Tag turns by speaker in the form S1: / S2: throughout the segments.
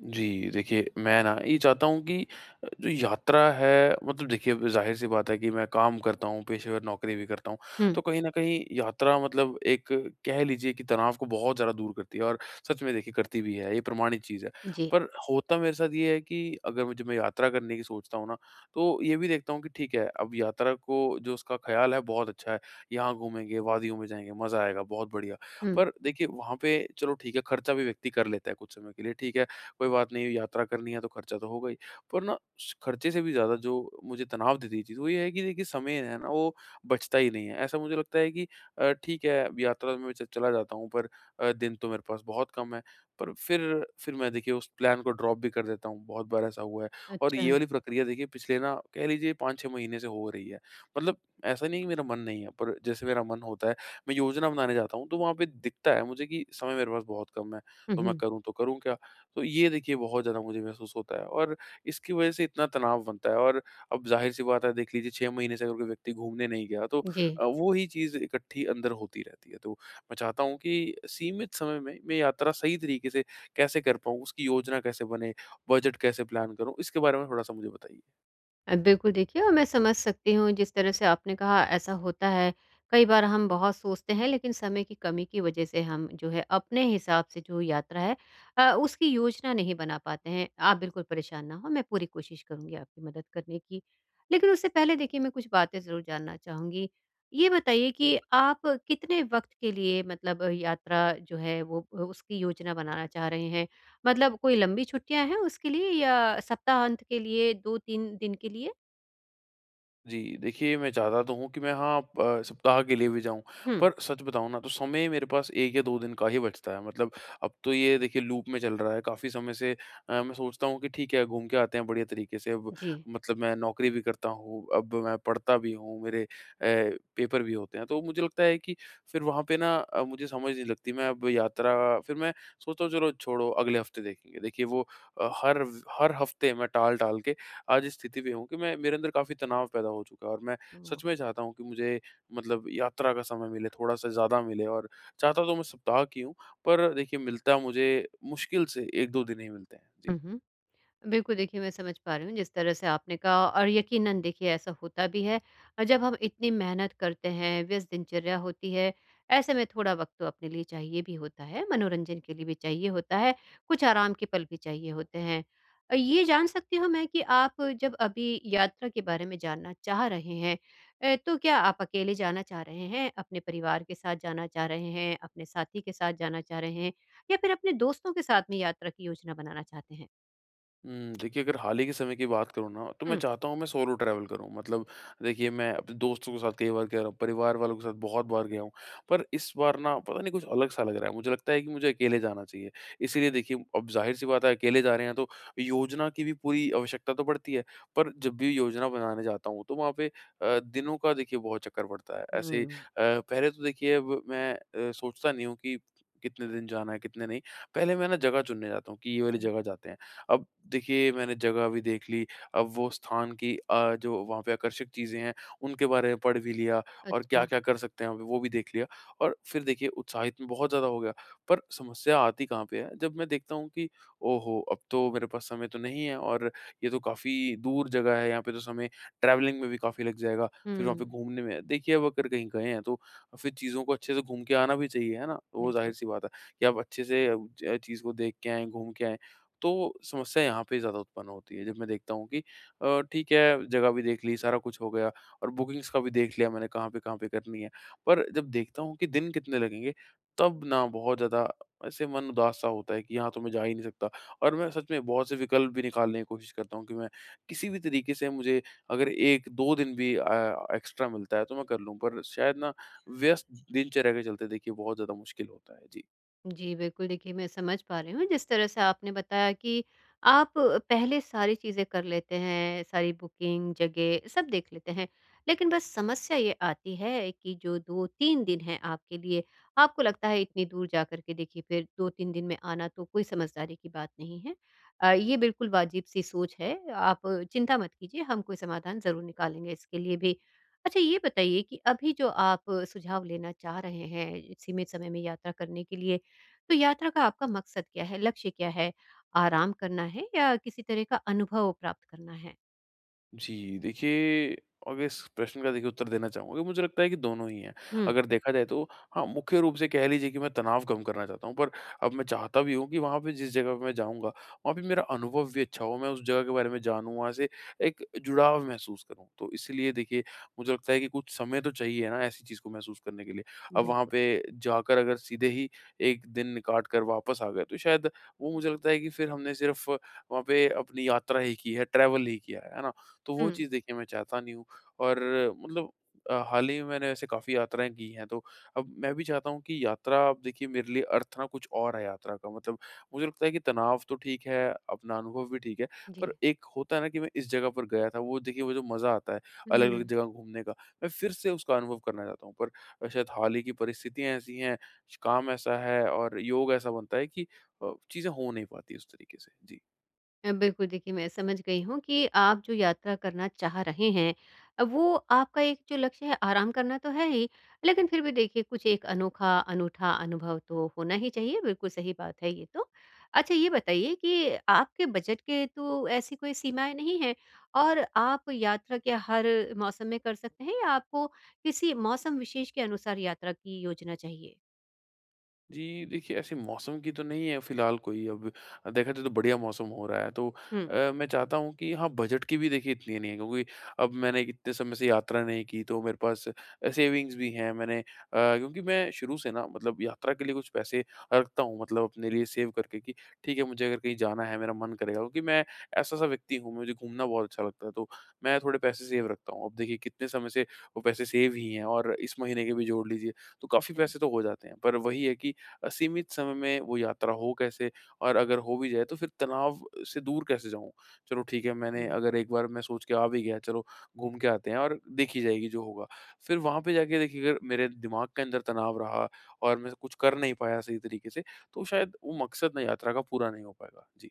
S1: जी, देखिए मैं ना ये चाहता हूँ कि जो यात्रा है मतलब देखिए अब ज़ाहिर-सी बात है कि मैं काम करता हूँ, पेशेवर नौकरी भी करता हूँ।
S2: हुँ,
S1: तो कहीं न कहीं यात्रा मतलब एक कह लीजिए कि तनाव को बहुत ज़्यादा दूर करती है और सच में देखिए करती भी है, ये प्रमाणित चीज़ है।
S2: जी।
S1: पर होता मेरे साथ ये है कि अगर मुझे मैं यात्रा करने की सोचता हूँ ना, तो ये भी देखता हूँ कि ठीक है, अब यात्रा को जो उसका ख़्याल है बहुत अच्छा है, यहाँ घूमेंगे, वादियों में जाएँगे, मज़ा आएगा, बहुत बढ़िया।
S2: हुँ,
S1: पर देखिए वहाँ पे चलो ठीक है, खर्चा भी व्यक्ति कर लेता है कुछ समय के लिए, ठीक है। कोई बात नहीं यात्रा करनी है तो खर्चा तो होगा ही। पर ना उस खर्चे से भी ज़्यादा जो मुझे तनाव देती है चीज़ वो ये है कि देखिए समय है ना वो बचता ही नहीं है। ऐसा मुझे लगता है कि ठीक है अब यात्रा में च चला जाता हूँ पर दिन तो मेरे पास बहुत कम है। पर फिर मैं देखिए उस प्लान को ड्रॉप भी कर देता हूँ, बहुत बार ऐसा हुआ है। और
S2: अच्छा।
S1: ये वाली प्रक्रिया देखिए पिछले ना कह लीजिए 5-6 महीने से हो रही है। मतलब ऐसा नहीं है कि मेरा मन नहीं है पर जैसे मेरा मन होता है, मैं योजना बनाने जाता हूँ तो वहाँ पे दिखता है मुझे कि समय मेरे पास बहुत कम है।
S2: हुँ,
S1: तो मैं
S2: हुँ,
S1: करूँ तो करूँ क्या? तो ये देखिए बहुत ज़्यादा मुझे महसूस होता है और इसकी वजह से इतना तनाव बनता है और अब ज़ाहिर-सी बात है देख लीजिए 6 महीने से अगर कोई व्यक्ति घूमने नहीं गया तो
S2: जी।
S1: वो ही चीज़ इकट्ठी अंदर होती रहती है। तो मैं चाहता हूँ कि सीमित समय में मैं यात्रा सही तरीके से कैसे कर पाऊँ? उसकी योजना कैसे बने? बजट कैसे प्लान करूँ? इसके बारे में थोड़ा-सा मुझे बताइए।
S2: बिल्कुल देखिए और मैं समझ सकती हूँ जिस तरह से आपने कहा ऐसा होता है। कई बार हम बहुत सोचते हैं लेकिन समय की कमी की वजह से हम जो है अपने हिसाब से जो यात्रा है उसकी योजना नहीं बना पाते हैं। आप बिल्कुल परेशान ना हों, मैं पूरी कोशिश करूँगी आपकी मदद करने की। लेकिन उससे पहले देखिए मैं कुछ बातें ज़रूर जानना चाहूँगी। ये बताइए कि आप कितने वक़्त के लिए मतलब यात्रा जो है वो उसकी योजना बनाना चाह रहे हैं? मतलब कोई लंबी छुट्टियाँ हैं उसके लिए या सप्ताहांत के लिए 2-3 दिन के लिए?
S1: जी, देखिए मैं चाहता तो हूँ कि मैं हाँ सप्ताह के लिए भी जाऊँ,
S2: हुँ।
S1: पर सच बताऊँ ना तो समय मेरे पास 1 या 2 दिन का ही बचता है। मतलब अब तो ये देखिए लूप में चल रहा है काफ़ी समय से मैं सोचता हूँ कि ठीक है घूम के आते हैं बढ़िया तरीके से अब
S2: जी।
S1: मतलब मैं नौकरी भी करता हूँ, अब मैं पढ़ता भी हूँ, मेरे पेपर भी होते हैं। तो मुझे लगता है कि फिर वहाँ पे ना मुझे समझ नहीं लगती मैं अब यात्रा फिर मैं सोचता हूँ चलो छोड़ो अगले हफ्ते देखेंगे। देखिए वो हर हफ्ते मैं टाल-टाल के आज इस स्थिति में हूँ कि मैं मेरे अंदर काफ़ी तनाव पैदा हो चुका है और मैं
S2: ओह!
S1: सच में चाहता हूँ कि मुझे मतलब यात्रा का समय मिले, थोड़ा-सा ज़्यादा मिले और चाहता तो मैं सप्ताह की हूँ, पर देखिए मिलता मुझे मुश्किल से 1-2 दिन ही मिलते हैं। जी।
S2: हुँ, हुँ। बिल्कुल देखिए, मैं समझ पा रही हूँ जिस तरह से आपने कहा और यकीनन देखिए ऐसा होता भी है। जब हम इतनी मेहनत करते हैं, व्यस्त दिनचर्या होती है, ऐसे में थोड़ा वक़्त तो अपने लिए चाहिए भी होता है, मनोरंजन के लिए भी चाहिए होता है, कुछ आराम के पल भी चाहिए होते हैं। ये जान सकती हूँ मैं कि आप जब अभी यात्रा के बारे में जानना चाह रहे हैं तो क्या आप अकेले जाना चाह रहे हैं, अपने परिवार के साथ जाना चाह रहे हैं, अपने साथी के साथ जाना चाह रहे हैं या फिर अपने दोस्तों के साथ में यात्रा की योजना बनाना चाहते हैं?
S1: हुँ, देखिए अगर हाल ही के समय की बात करूँ ना, तो मैं
S2: हुँ।
S1: चाहता हूँ मैं सोलो ट्रैवल करूँ। मतलब देखिए मैं अपने दोस्तों के साथ कई बार गया हूँ, परिवार वालों के साथ बहुत बार गया हूँ। पर इस बार ना पता नहीं कुछ अलग-सा लग रहा है। मुझे लगता है कि मुझे अकेले जाना चाहिए। इसीलिए देखिए अब ज़ाहिर-सी बात है अकेले जा रहे हैं तो योजना की भी पूरी आवश्यकता तो पड़ती है। पर जब भी योजना बनाने जाता हूँ, तो वहाँ पे दिनों का देखिए बहुत चक्कर पड़ता है। ऐसे ही
S2: हुँ।
S1: पहले तो देखिए अब मैं सोचता नहीं हूँ कि कितने दिन जाना है, कितने नहीं। पहले मैं ना जगह चुनने जाता हूँ कि ये वाली
S2: जी,
S1: जगह जाते हैं। अब देखिए मैंने जगह भी देख ली, अब वो स्थान की जो वहाँ पे आकर्षक चीज़ें हैं, उनके बारे में पढ़ भी लिया और
S2: अच्छा।
S1: क्या-क्या कर सकते हैं, वहाँ पे वो भी देख लिया और फिर देखिए उत्साहित मैं बहुत ज़्यादा हो गया। पर समस्या आती कहाँ पे है, जब मैं देखता हूँ कि ओहो! अब तो मेरे पास समय तो नहीं है और ये तो काफ़ी दूर जगह है, यहाँ पे तो समय ट्रैवलिंग में भी काफ़ी लग जाएगा, फिर वहाँ पे
S2: हुँ,
S1: घूमने में देखिए अब अगर कहीं गए हैं, तो फिर चीज़ों को अच्छे से घूम के आना भी चाहिए, है ना? तो वो
S2: बिल्कुल।
S1: ज़ाहिर-सी बात है कि आप अच्छे से ज चीज़ को देख के आएँ, घूम के आएँ। तो समस्या यहाँ पे ज़्यादा उत्पन्न होती है। जब मैं देखता हूँ कि ठीक है, जगह भी देख ली, सारा कुछ हो गया और बुकिंग्स का भी देख लिया मैंने कहाँ पे करनी है। पर जब देखता हूँ कि दिन कितने लगेंगे, तब ना बहुत ज़्यादा ऐसे मन उदास-सा होता है कि यहाँ तो मैं जा ही नहीं सकता। और मैं सच में बहुत से विकल्प भी निकालने की कोशिश करता हूँ कि मैं किसी भी तरीके से मुझे अगर 1-2 दिन भी एक्स्ट्रा मिलता है, तो मैं कर लूँ। पर शायद ना व्यस्त दिनचर्या के चलते देखिए बहुत ज़्यादा मुश्किल होता है। जी।
S2: जी, बिल्कुल देखिए मैं समझ पा रही हूँ जिस तरह से आपने बताया कि आप पहले सारी चीज़ें कर लेते हैं, सारी बुकिंग, जगह सब देख लेते हैं। लेकिन बस समस्या ये आती है कि जो 2-3 दिन हैं आपके लिए, आपको लगता है इतनी दूर जाकर के देखिए फिर 2-3 दिन में आना तो कोई समझदारी की बात नहीं है। ये बिल्कुल वाजिब-सी सोच है, आप चिंता मत कीजिए, हम कोई समाधान ज़रूर निकालेंगे इसके लिए भी। अच्छा ये बताइए कि अभी जो आप सुझाव लेना चाह रहे हैं, सीमित समय में यात्रा करने के लिए, तो यात्रा का आपका मकसद क्या है? लक्ष्य क्या है? आराम करना है या किसी तरह का अनुभव प्राप्त करना है?
S1: जी, देखिए अगर इस प्रश्न का देखिए उत्तर देना चाहूँगा कि मुझे लगता है कि दोनों ही हैं।
S2: हुँ,
S1: अगर देखा जाए तो हाँ, मुख्य रूप से कह लीजिए कि मैं तनाव कम करना चाहता हूँ, पर अब मैं चाहता भी हूँ कि वहाँ पे जिस जगह पे मैं जाऊँगा, वहाँ पे मेरा अनुभव भी अच्छा हो, मैं उस जगह के बारे में जानूँ, वहाँ से एक जुड़ाव महसूस करूँ। तो इसीलिए देखिए मुझे लगता है कि कुछ समय तो चाहिए ना ऐसी चीज़ को महसूस करने के लिए। अब वहाँ
S2: बिल्कुल।
S1: पे जाकर अगर सीधे ही 1 दिन काट कर वापस आ गए, तो शायद वो मुझे लगता है कि फिर हमने सिर्फ़ वहाँ पे अपनी यात्रा ही की है, ट्रैवल ही किया है ना? तो
S2: हुँ,
S1: वो चीज़ देखिए मैं चाहता नहीं हूँ और मतलब हाल ही में मैंने ऐसे काफ़ी यात्राएँ की हैं, तो अब मैं भी चाहता हूँ कि यात्रा अब देखिए मेरे लिए अर्थ ना कुछ और है यात्रा का मतलब मुझे लगता है कि तनाव तो ठीक है, अपना अनुभव भी ठीक है,
S2: जी।
S1: पर एक होता है ना कि मैं इस जगह पर गया था, वो देखिए वो जो मज़ा आता है अलग-अलग
S2: हुँ।
S1: जगह घूमने का, मैं फिर से उसका अनुभव करना चाहता हूँ। पर शायद हाल ही की परिस्थितियाँ ऐसी हैं, श काम ऐसा है और योग ऐसा बनता है कि चीज़ें हो नहीं पाती उस तरीके से। जी।
S2: बिल्कुल देखिए मैं समझ गई हूँ कि आप जो यात्रा करना चाह रहे हैं वो आपका एक जो लक्ष्य है आराम करना तो है ही लेकिन फिर भी देखिए कुछ एक अनोखा अनूठा अनुभव तो होना ही चाहिए बिल्कुल सही बात है ये तो। अच्छा ये बताइए कि आपके बजट के तो ऐसी कोई सीमाएँ नहीं हैं और आप यात्रा क्या हर मौसम में कर सकते हैं या आपको किसी मौसम विशेष के अनुसार यात्रा की योजना चाहिए?
S1: जी, देखिए ऐसे मौसम की तो नहीं है फ़िलहाल कोई अब देखा जाए तो बढ़िया मौसम हो रहा है तो
S2: हुँ,
S1: मैं चाहता हूँ कि हाँ, बजट की भी देखिए इतनी नहीं है क्योंकि अब मैंने इतने समय से यात्रा नहीं की तो मेरे पास सेविंग्स भी हैं मैंने क्योंकि मैं शुरू से ना मतलब यात्रा के लिए कुछ पैसे रखता हूँ मतलब अपने लिए सेव करके कि ठीक है, मुझे अगर कहीं जाना है मेरा मन करेगा क्योंकि मैं ऐसा-सा व्यक्ति हूँ, मुझे घूमना बहुत अच्छा लगता है तो मैं थोड़े पैसे सेव रखता हूँ। अब देखिए कितने समय से वो पैसे सेव ही हैं और इस महीने के भी जोड़ लीजिए तो काफ़ी
S2: अच्छा,
S1: पैसे तो हो जाते हैं। पर वही है कि सीमित समय में वो यात्रा हो कैसे और अगर हो भी जाए तो फिर तनाव से दूर कैसे जाऊँ? चलो ठीक है मैंने
S2: हुँ।
S1: अगर एक बार मैं सोच के आ भी गया चलो घूम के आते हैं और देखी जाएगी जो होगा। फिर वहाँ पे जाके देखिए अगर मेरे दिमाग के अंदर तनाव रहा और मैं कुछ कर नहीं पाया सही तरीके से, तो शायद वो मकसद ना यात्रा का पूरा नहीं हो पाएगा। जी।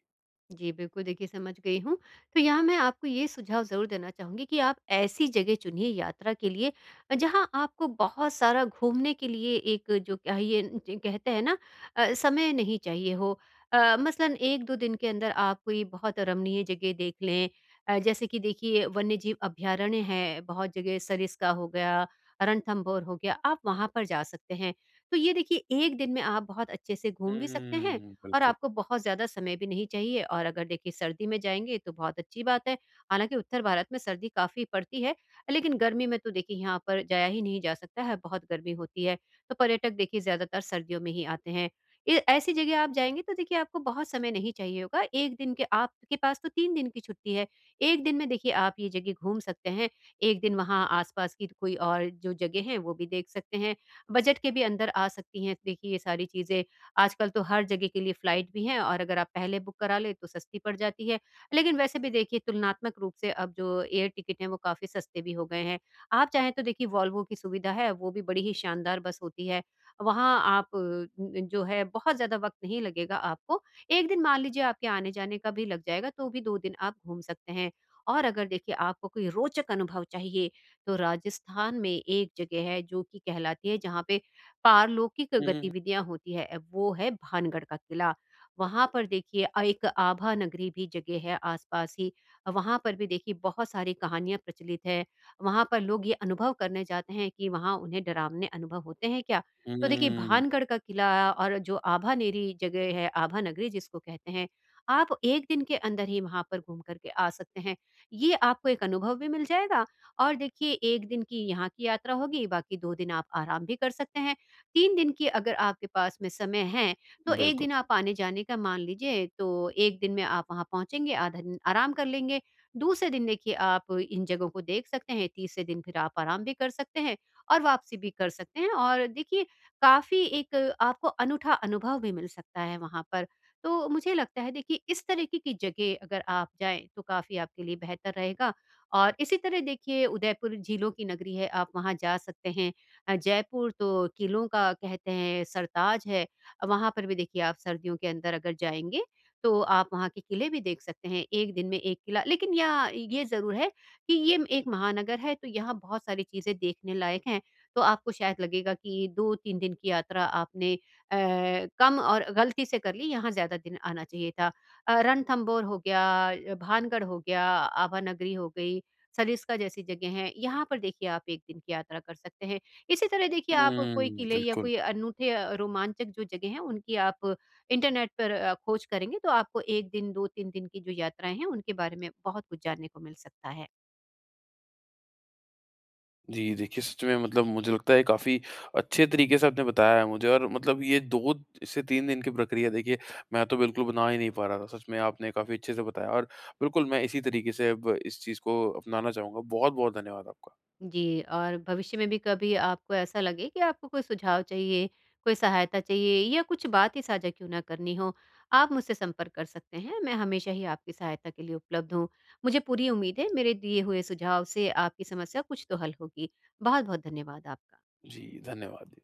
S2: जी, बिल्कुल देखिए समझ गई हूँ। तो यहाँ मैं आपको ये सुझाव ज़रूर देना चाहूँगी कि आप ऐसी जगह चुनिए यात्रा के लिए जहाँ आपको बहुत सारा घूमने के लिए एक जो चाहिए ज कहते हैं ना समय नहीं चाहिए हो। मसलन 1-2 दिन के अंदर आप कोई बहुत रमणीय जगह देख लें। जैसे कि देखिए वन्यजीव अभयारण्य है, बहुत जगह सरिस्का हो गया, रणथंभौर हो गया, आप वहाँ पर जा सकते हैं। तो ये देखिए 1 दिन में आप बहुत अच्छे से घूम भी सकते हैं
S1: हुँ,
S2: और
S1: बिल्कुल।
S2: आपको बहुत ज़्यादा समय भी नहीं चाहिए और अगर देखिए सर्दी में जाएँगे तो बहुत अच्छी बात है। हालाँकि उत्तर भारत में सर्दी काफ़ी पड़ती है, लेकिन गर्मी में तो देखिए यहाँ पर जाया ही नहीं जा सकता है, बहुत गर्मी होती है। तो पर्यटक देखिए ज़्यादातर सर्दियों में ही आते हैं। ए ऐसी जगह आप जाएँगे तो देखिए आपको बहुत समय नहीं चाहिए होगा, 1 दिन के आपके पास तो 3 दिन की छुट्टी है। 1 दिन में देखिए आप ये जगह घूम सकते हैं, 1 दिन वहाँ आस-पास की कोई और जो जगह हैं वो भी देख सकते हैं, बजट के भी अंदर आ सकती हैं देखिए ये सारी चीज़ें। आजकल तो हर जगह के लिए फ्लाइट भी हैं और अगर आप पहले बुक करा लें तो सस्ती पड़ जाती है। लेकिन वैसे भी देखिए तुलनात्मक रूप से अब जो एयर टिकट हैं वो काफ़ी सस्ते भी हो गए हैं। आप चाहें तो देखिए वॉल्वो की सुविधा है, वो भी बड़ी ही शानदार बस होती है। वहाँ आप जो है बहुत ज़्यादा वक़्त नहीं लगेगा आपको। 1 दिन मान लीजिए आपके आने-जाने का भी लग जाएगा तो भी 2 दिन आप घूम सकते हैं। और अगर देखिए आपको कोई रोचक अनुभव चाहिए तो राजस्थान में एक जगह है जो कि कहलाती है जहाँ पे पारलौकिक
S1: हुँ, हुँ, हुँ।
S2: गतिविधियाँ होती है वो है भानगढ़ का किला। वहाँ पर देखिए एक आभा नगरी भी जगह है आस-पास ही। वहाँ पर भी देखिए बहुत सारी कहानियाँ प्रचलित है। वहाँ पर लोग ये अनुभव करने जाते हैं कि वहाँ उन्हें डरावने अनुभव होते हैं क्या? तो देखिए
S1: हुँ,
S2: भानगढ़ का किला और जो आभानेरी जगह है, आभा नगरी जिसको कहते हैं, आप 1 दिन के अंदर ही वहाँ पर घूम कर के आ सकते हैं। ये आपको एक अनुभव भी मिल जाएगा और देखिए 1 दिन की यहाँ की यात्रा होगी, बाकी 2 दिन आप आराम भी कर सकते हैं। 3 दिन की अगर आपके पास में समय है, तो 1
S1: बिल्कुल।
S2: दिन आप आने-जाने का मान लीजिए, तो 1 दिन में आप वहाँ पहुँचेंगे, आधा दिन आराम कर लेंगे। दूसरे दिन देखिए आप इन जगहों को देख सकते हैं, तीसरे दिन फिर आप आराम भी कर सकते हैं और वापसी भी कर सकते हैं और देखिए काफ़ी एक आपको अनूठा अनुभव भी मिल सकता है वहाँ पर। तो मुझे लगता है देखिए इस तरीके की जगह अगर आप जाएँ, तो काफ़ी आपके लिए बेहतर रहेगा और इसी तरह देखिए उदयपुर झीलों की नगरी है, आप वहाँ जा सकते हैं। जयपुर तो किलों का कहते हैं सरताज है। वहाँ पर भी देखिए आप सर्दियों के अंदर अगर जाएँगे, तो आप वहाँ के किले भी देख सकते हैं। 1 दिन में 1 किला लेकिन यहाँ ये ज़रूर है कि ये एक महानगर है, तो यहाँ बहुत सारी चीज़ें देखने लायक हैं। तो आपको शायद लगेगा कि 2-3 दिन की यात्रा आपने अ, कम और गलती से कर ली, यहाँ ज़्यादा दिन आना चाहिए था। रणथंबोर हो गया, भानगढ़ हो गया, आभा नगरी हो गई, सरिस्का जैसी जगह हैं। यहाँ पर देखिए आप 1 दिन की यात्रा कर सकते हैं। इसी तरह देखिए आप कोई
S1: हुँ,
S2: किले या
S1: बिल्कुल।
S2: कोई अनूठे रोमांचक जो जगह हैं उनकी आप इंटरनेट पर खोज करेंगे तो आपको 1 दिन 2-3 दिन की जो यात्राएँ हैं उनके बारे में बहुत कुछ जानने को मिल सकता है।
S1: जी, देखिए सच में मतलब मुझे लगता है काफ़ी अच्छे तरीके से आपने बताया है मुझे और मतलब ये 2 से 3 दिन की प्रक्रिया देखिए मैं तो बिल्कुल बना ही नहीं पा रहा था। सच में आपने काफ़ी अच्छे से बताया और बिल्कुल मैं इसी तरीके से अब इस चीज़ को अपनाना चाहूँगा। बहुत-बहुत धन्यवाद आपका।
S2: जी, और भविष्य में भी कभी आपको ऐसा लगे कि आपको कोई सुझाव चाहिए, कोई सहायता चाहिए या कुछ बात ही साझा क्यों ना करनी हो, आप मुझसे संपर्क कर सकते हैं। मैं हमेशा ही आपकी सहायता के लिए उपलब्ध हूँ। मुझे पूरी उम्मीद है मेरे दिए हुए सुझाव से आपकी समस्या कुछ तो हल होगी। बहुत-बहुत धन्यवाद आपका।
S1: जी, धन्यवाद।